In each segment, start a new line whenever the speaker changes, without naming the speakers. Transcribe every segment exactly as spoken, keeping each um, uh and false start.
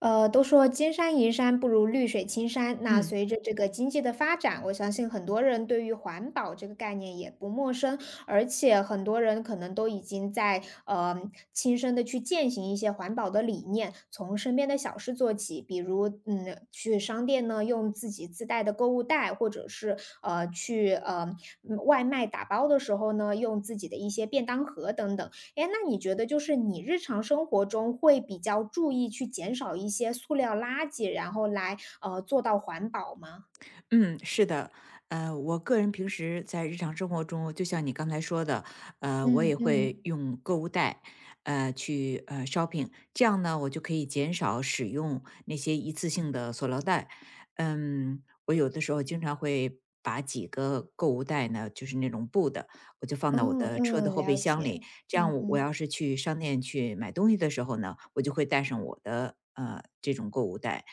呃，都说金山银山不如绿水青山。那
嗯
随着这个经济的发展，我相信很多人对于环保这个概念也不陌生，而且很多人可能都已经在呃亲身的去践行一些环保的理念，从身边的小事做起，比如嗯去商店呢用自己自带的购物袋，或者是呃去呃嗯外卖打包的时候呢用自己的一些便当盒等等。哎，那你觉得就是你日常生活中会比较注意去减少一些塑料垃圾，然后来呃做到环保吗？
嗯，是的，呃，我个人平时在日常生活中，就像你刚才说的，呃，我
嗯
也会
嗯
用购物袋，呃，去呃 shopping，这样呢，我就可以减少使用那些一次性的塑料袋。嗯，我有的时候经常会把几个购物袋呢，就是那种布的，我就放到我
嗯
的车的
嗯，
后
了
备箱
解。
里，这
嗯
样我我
嗯，
要是去商店去买东西的时候呢，我就会带上我的呃这种购物袋，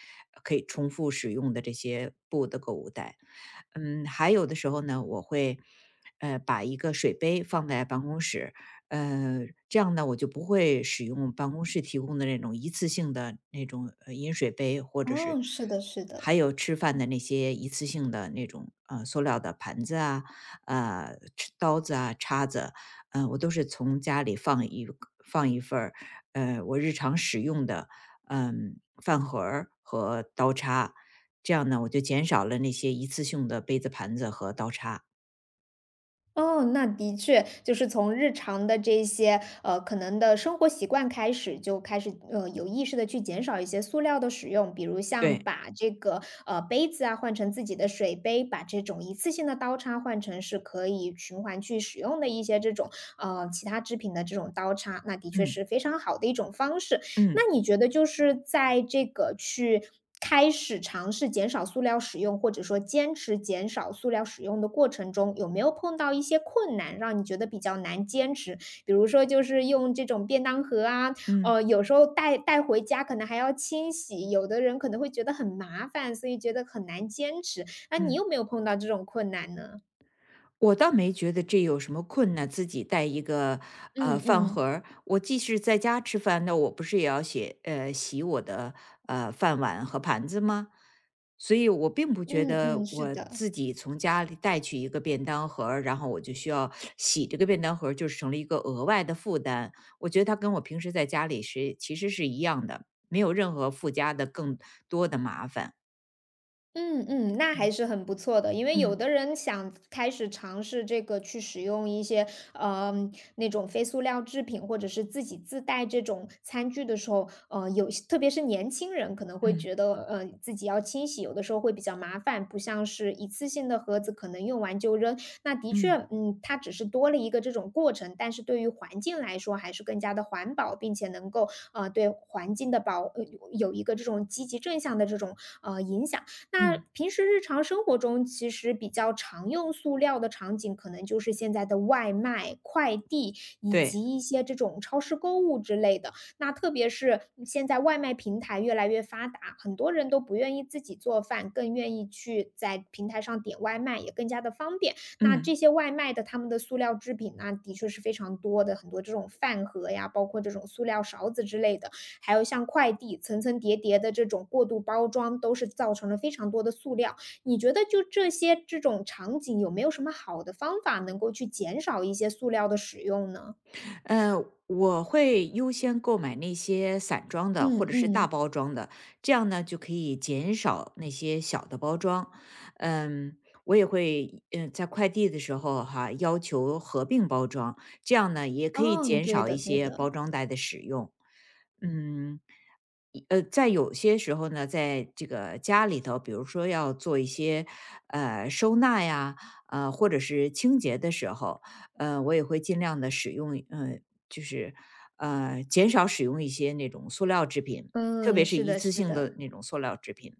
可以重复使用的这些布的购物袋。嗯，还有的时候呢，我会呃把一个水杯放在办公室，呃，这样呢我就不会使用办公室提供的那种一次性的那种呃饮水杯，或者是
哦，是的，是的。
还有吃饭的那些一次性的那种呃塑料的盘子啊、呃吃刀子啊、叉子，嗯，我都是从家里放一个放一份儿，呃，我日常使用的，嗯，饭盒儿和刀叉，这样呢，我就减少了那些一次性的杯子、盘子和刀叉。
哦，那的确，就是从日常的这些，呃，可能的生活习惯开始，就开始，呃，有意识的去减少一些塑料的使用，比如像
对，
把这个，呃，杯子啊换成自己的水杯，把这种一次性的刀叉换成是可以循环去使用的一些这种，呃，其他制品的这种刀叉，那的确是
嗯
非常好的一种方式。那
嗯
你觉得就是在这个去开始尝试减少塑料使用，或者说坚持减少塑料使用的过程中，有没有碰到一些困难，让你觉得比较难坚持？比如说就是用这种便当盒啊，
嗯
呃，有时候带带回家可能还要清洗，有的人可能会觉得很麻烦，所以觉得很难坚持。那你
嗯。
有没有碰到这种困难呢？
我倒没觉得这有什么困难，自己带一个呃
嗯
饭盒
嗯，
儿我即使在家吃饭，那我不是也要洗呃洗我的呃饭碗和盘子吗？所以我并不觉
嗯嗯，
得
是
我
的。
自己从家里带去一个便当盒儿然后我就需要洗这个便当盒儿就是成了一个额外的负担。我觉得它跟我平时在家里是其实是一样的，没有任何附加的更多的麻烦。
嗯嗯，那还
嗯
是很不错的。因为有
嗯
的人想开始尝试这个去使用一些，呃，那种非塑料制品，或者是自己自带这种餐具的时候，呃，有些特别是年轻人可能会觉
嗯
得，呃，自己要清洗，有的时候会比较麻烦，不像是一次性的盒子，可能用完就扔。那的确，
嗯
嗯，它只是多了一个这种过程，但是对于环境来说还是更加的环保，并且能够，呃，对环境的保，呃有有一个这种积极正向的这种，呃，影响。那
嗯，
平时日常生活中，其实比较常用塑料的场景，可能就是现在的外卖、快递，以
对，
及一些这种超市购物之类的。那特别是嗯现在外卖平台越来越发达，很多人都不愿意自己做饭，更愿意去在平台上点外卖，也更加的方便。那这
嗯。
些外卖的他们的塑料制品呢，的确是非常多的，很多这种饭盒呀，包括这种塑料勺子之类的。还有像快递层层叠叠的这种过度包装，都是造成了非常多的塑料。你觉得就这些这种场景，有没有什么好的方法能够去减少一些塑料的使用呢？
呃，我会优先购买那些散装的
嗯
或者是大
嗯，
包装的，这样呢就可以减少那些小的包装。嗯，我也会嗯在快递的时候哈、要求合并包装，这样呢也可以
哦，
减
对
少
的
一
对
些
的，
包装袋的使用。嗯，呃，在有些时候呢，在这个家里头，比如说要做一些呃收纳呀，呃或者是清洁的时候，呃，我也会尽量的使用，呃，就是呃减少使用一些那种塑料制品，特
嗯，
别是
是
一
的
次
是
性的
的。
那种塑料制品。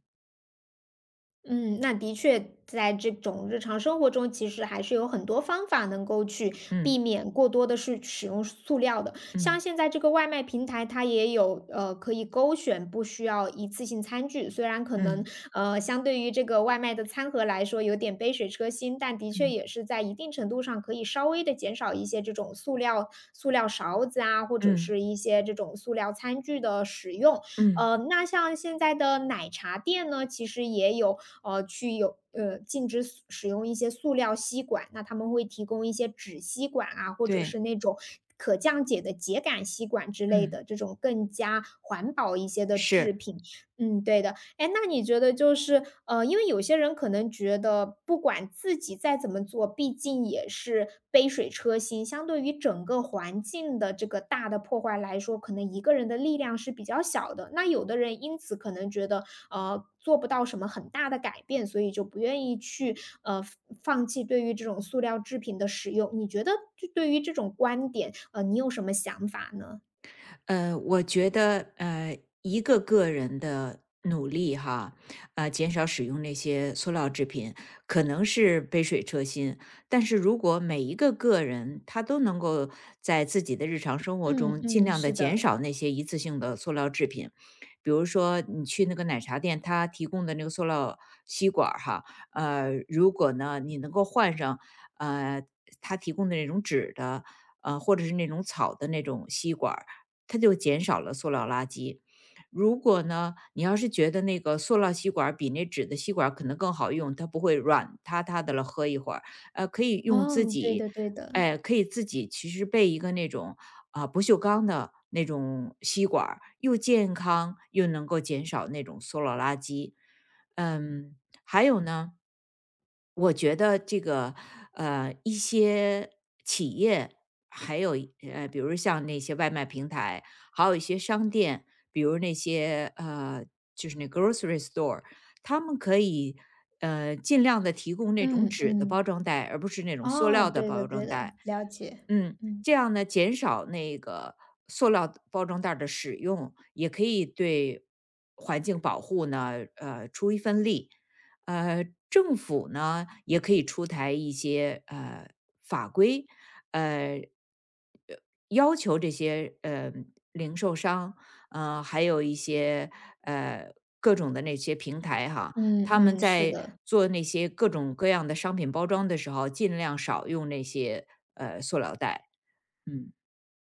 嗯，那的确，在这种日常生活中，其实还是有很多方法能够去
嗯
避免过多的是使用塑料的。像
嗯
现在这个外卖平台，它也有呃可以勾选不需要一次性餐具，虽然可能
嗯
呃相对于这个外卖的餐盒来说有点杯水车薪，但的确
嗯
也是在一定程度上可以稍微的减少一些这种塑料塑料勺子啊，或者
嗯
是一些这种塑料餐具的使用。
嗯，
呃，那像现在的奶茶店呢，其实也有呃去有呃禁止使使用一些塑料吸管，那他们会提供一些纸吸管啊，或者
对，
是那种。可降解的秸秆吸管之类
嗯
的这种更加环保一些的制
是。
品，嗯，对的。哎，那你觉得就是，呃，因为有些人可能觉得不管自己再怎么做，毕竟也是杯水车薪，相对于整个环境的这个大的破坏来说，可能一个人的力量是比较小的。那有的人因此可能觉得，呃，做不到什么很大的改变，所以就不愿意去，呃，放弃对于这种塑料制品的使用。你觉得就对于这种观点，呃，你有什么想法呢？
呃，我觉得呃，一个个人的努力哈，呃，减少使用那些塑料制品，可能是杯水车薪。但是如果每一个个人他都能够在自己的日常生活
嗯
中尽
嗯，
量的
是
减
的，
少那些一次性的塑料制品，比如说你去那个奶茶店，他提供的那个塑料吸管儿哈，呃，如果呢你能够换上呃他提供的那种纸的，呃，或者是那种草的那种吸管。它就减少了塑料垃圾。如果呢，你要是觉得那个塑料吸管儿比那纸的吸管儿可能更好用，它不会软塌塌的了，喝一会儿，呃，可以用自
哦，对
己，
的对的，
哎，可以自己其实备一个那种啊、不锈钢的那种吸管儿又健康又能够减少那种塑料垃圾。嗯，还有呢，我觉得这个呃，一些企业，还有一呃，比如像那些外卖平台，还有一些商店，比如那些呃，就是那 grocery store，他们可以呃尽量的提供那种
嗯
纸的包
嗯。
装袋，而不是那种塑
哦，
料的
对的
包
对
装
的，
袋。
了解。
嗯，
嗯，
这样呢，减少那个塑料的包装袋儿的使用，也可以对环境保护呢，呃，出一份力。呃，政府呢也可以出台一些呃法规，呃，呃要求这些呃零售商，呃，还有一些呃各种的那些平台哈，
嗯
他们
嗯，是
在
的。
做那些各种各样的商品包装的时候，尽量少用那些呃塑料袋。嗯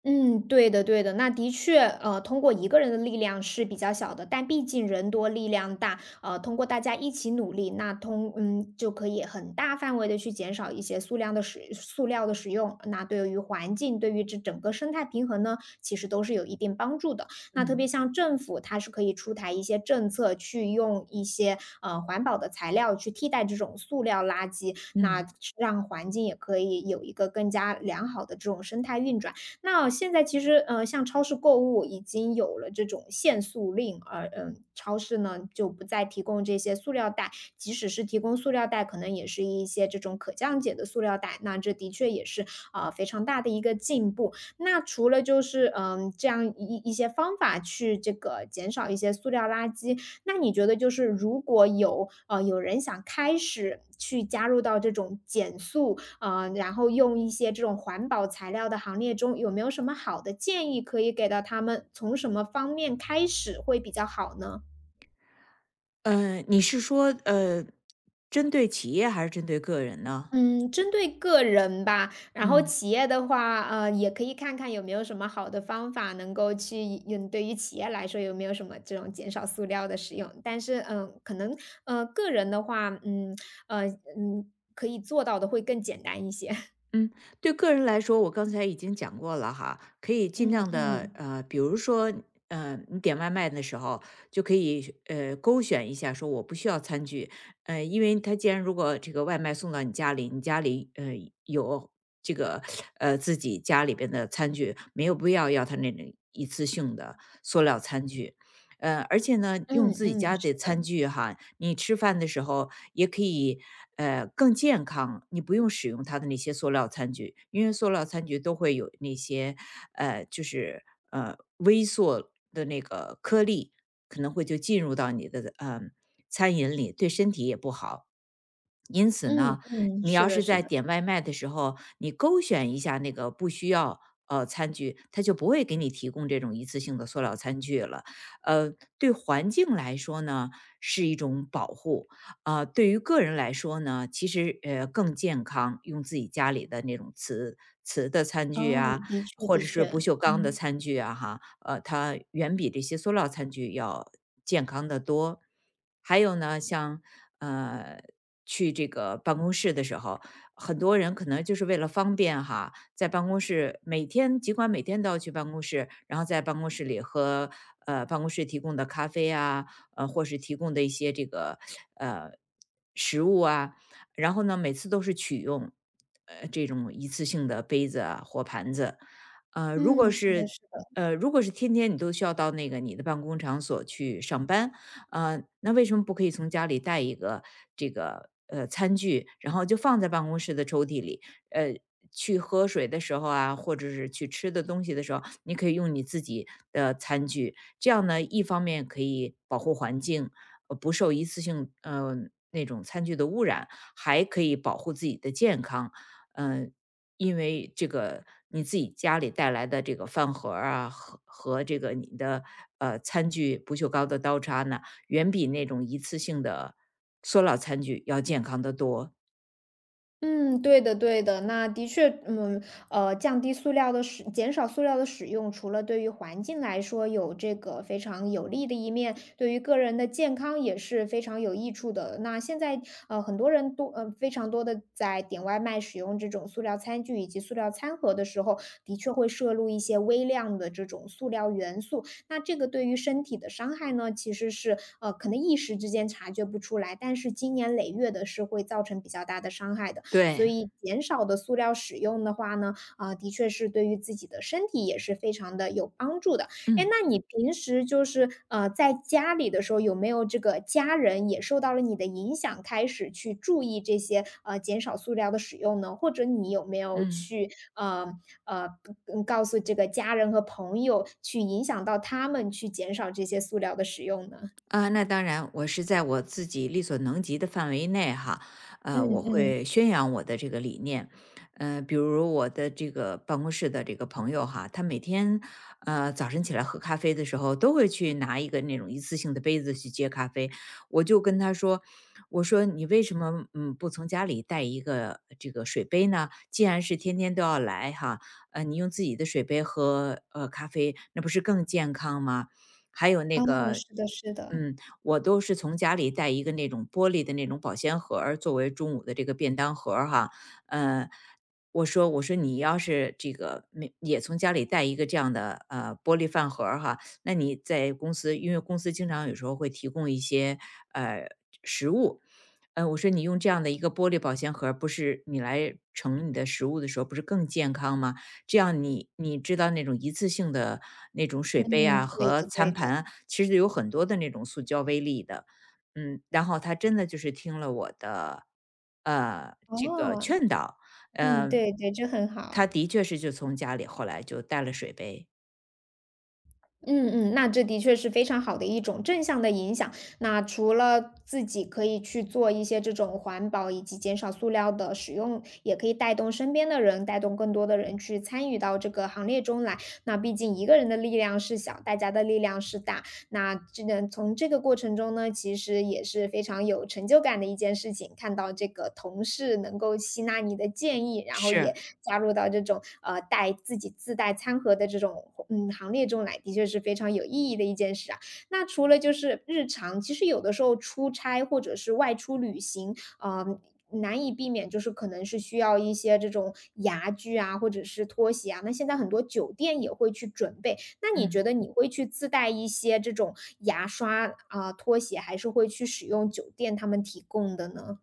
嗯，对的对的，那的确，呃，通过一个人的力量是比较小的，但毕竟人多力量大，呃，通过大家一起努力，那通嗯就可以很大范围的去减少一些塑料的使塑料的使用，那对于环境，对于这整个生态平衡呢，其实都是有一定帮助的。那特别
嗯
像政府，它是可以出台一些政策，去用一些呃环保的材料去替代这种塑料垃圾，那
嗯
让环境也可以有一个更加良好的这种生态运转。那现在其实，呃，像超市购物已经有了这种限塑令，而嗯，超市呢就不再提供这些塑料袋，即使是提供塑料袋，可能也是一些这种可降解的塑料袋。那这的确也是啊呃非常大的一个进步。那除了就是嗯这样一一些方法去这个减少一些塑料垃圾，那你觉得就是如果有呃有人想开始去加入到这种减塑啊，然后用一些这种环保材料的行列中，有没有什么好的建议可以给到他们？从什么方面开始会比较好呢？
呃，你是说呃，针对企业还是针对个人呢？
嗯，针对个人吧，然后
嗯。
企业的话，呃，也可以看看有没有什么好的方法能够去嗯，对于企业来说有没有什么这种减少塑料的使用。但是，嗯，可能呃，个人的话，嗯，呃，嗯，可以做到的会更简单一些。
嗯，对个人来说，我刚才已经讲过了哈，可以尽
嗯
量的
嗯，
呃，比如说呃，你点外卖的时候就可以呃勾选一下，说我不需要餐具，呃，因为他既然如果这个外卖送到你家里，你家里呃有这个呃自己家里边的餐具，没有必要要他那种一次性的塑料餐具，呃，而且呢，
嗯
用自己
嗯，
家
是
的餐具哈，你吃饭的时候也可以，呃，更健康。你不用使用它的那些塑料餐具，因为塑料餐具都会有那些，呃，就是呃微塑的那个颗粒，可能会就进入到你的嗯、呃餐饮里，对身体也不好。因此
嗯
呢，
嗯，
你
是
要
的
是
是
在
的。
点外卖的时候，你勾选一下那个不需要呃餐具，它就不会给你提供这种一次性的塑料餐具了。呃，对环境来说呢是一种保护啊、对于个人来说呢，其实呃更健康，用自己家里的那种瓷瓷的餐具
哦，
啊，
的确
或
的
者是不
确，
锈钢的
嗯，
餐具啊哈，呃，它远比这些塑料餐具要健康的多。还有呢，像呃，去这个办公室的时候，很多人可能就是为了方便哈，在办公室每天尽管每天都要去办公室，然后在办公室里喝呃办公室提供的咖啡啊，呃，或是提供的一些这个呃食物啊，然后呢，每次都是取用呃这种一次性的杯子啊或盘子，呃，如
嗯，
果
是的
是
是的。
呃，如果是天天你都需要到那个你的办公场所去上班，呃，那为什么不可以从家里带一个这个呃餐具，然后就放在办公室的抽屉里？呃，去喝水的时候啊，或者是去吃的东西的时候，你可以用你自己的餐具，这样呢，一方面可以保护环境，呃不受一次性呃那种餐具的污染，还可以保护自己的健康。嗯、因为这个你自己家里带来的这个饭盒儿啊，和和这个你的呃餐具、不锈钢的刀叉呢，远比那种一次性的塑料餐具要健康的多。
嗯，对的对的。那的确，嗯，呃，降低塑料的使减少塑料的使用，除了对于环境来说有这个非常有利的一面，对于个人的健康也是非常有益处的。那现在，呃，很多人都呃，非常多的在点外卖使用这种塑料餐具以及塑料餐盒的时候，的确会摄入一些微量的这种塑料元素。那这个对于身体的伤害呢，其实是，呃，可能一时之间察觉不出来，但是经年累月的是会造成比较大的伤害的。所
对，
以减少的塑料使用的话呢，啊，的确是对于自己的身体也是非常的有帮助的。哎，
嗯
那你平时就是呃在家里的时候，有没有这个家人也受到了你的影响，开始去注意这些呃减少塑料的使用呢？或者你有没有
嗯。
去呃呃嗯告诉这个家人和朋友，去影响到他们去减少这些塑料的使用呢？
啊，那当然，我是在我自己力所能及的范围内哈，
嗯
呃，我
嗯，
会宣扬我的这个理念。呃，比如我的这个办公室的这个朋友哈，他每天呃早晨起来喝咖啡的时候，都会去拿一个那种一次性的杯子去接咖啡。我就跟他说，我说你为什么嗯不从家里带一个这个水杯呢？既然是天天都要来哈，呃，你用自己的水杯喝呃咖啡，那不是更健康吗？还有
哦，
那个
是的，是的，
嗯，我都是从家里带一个那种玻璃的那种保鲜盒儿作为中午的这个便当盒儿哈。呃，我说我说你要是这个没也从家里带一个这样的，呃，玻璃饭盒儿哈，那你在公司因为公司经常有时候会提供一些，呃，食物。呃，我说你用这样的一个玻璃保鲜盒儿不是你来盛你的食物的时候不是更健康吗？这样你你知道那种一次性的那种水
嗯，
杯啊
对
和
的，对
餐盘
的，
啊其实有很多的那种塑胶微粒的。嗯，然后他真的就是听了我的，呃，这个
哦，
劝导，
嗯，
呃，
对对，这很好。
他的确是就从家里后来就带了水杯，
嗯嗯，那这的确是非常好的一种正向的影响。那除了自己可以去做一些这种环保以及减少塑料的使用，也可以带动身边的人，带动更多的人去参与到这个行列中来。那毕竟一个人的力量是小，大家的力量是大。那这个从这个过程中呢，其实也是非常有成就感的一件事情，看到这个同事能够吸纳你的建议，然后也
是，
加入到这种，呃，带自己自带餐盒的这种，嗯，行列中来，的确是非常有意义的一件事啊。那除了就是日常，其实有的时候出差或者是外出旅行，呃，难以避免就是可能是需要一些这种牙具啊，或者是拖鞋啊，那现在很多酒店也会去准备，那你觉
嗯。
得你会去自带一些这种牙刷啊、拖鞋，还是会去使用酒店他们提供的呢？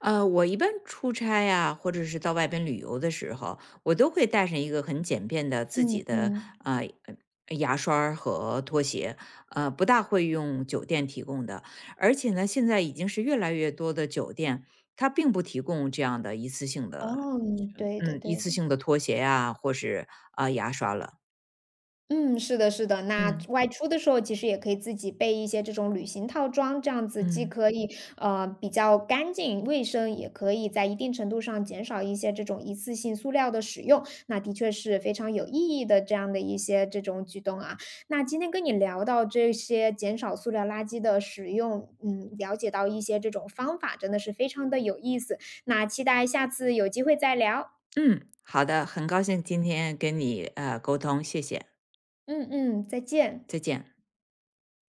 呃，我一般出差呀，或者是到外边旅游的时候，我都会带上一个很简便的自己
嗯
的
嗯，
啊、呃牙刷儿和拖鞋，呃，不大会用酒店提供的。而且呢，现在已经是越来越多的酒店，它并不提供这样的一次性的，
哦，嗯对的
嗯，嗯一
对
次
的。
性的拖鞋呀，或是啊、牙刷了。
嗯，是的，是的。那
嗯
外出的时候，其实也可以自己备一些这种旅行套装，这样子既
嗯
可以呃比较干净卫生，也可以在一定程度上减少一些这种一次性塑料的使用。那的确是非常有意义的这样的一些这种举动啊。那今天跟你聊到这些减少塑料垃圾的使用，嗯，了解到一些这种方法，真的是非常的有意思。那期待下次有机会再聊。
嗯，好的，很高兴今天跟你呃沟通，谢谢，
嗯嗯，再见。
再见。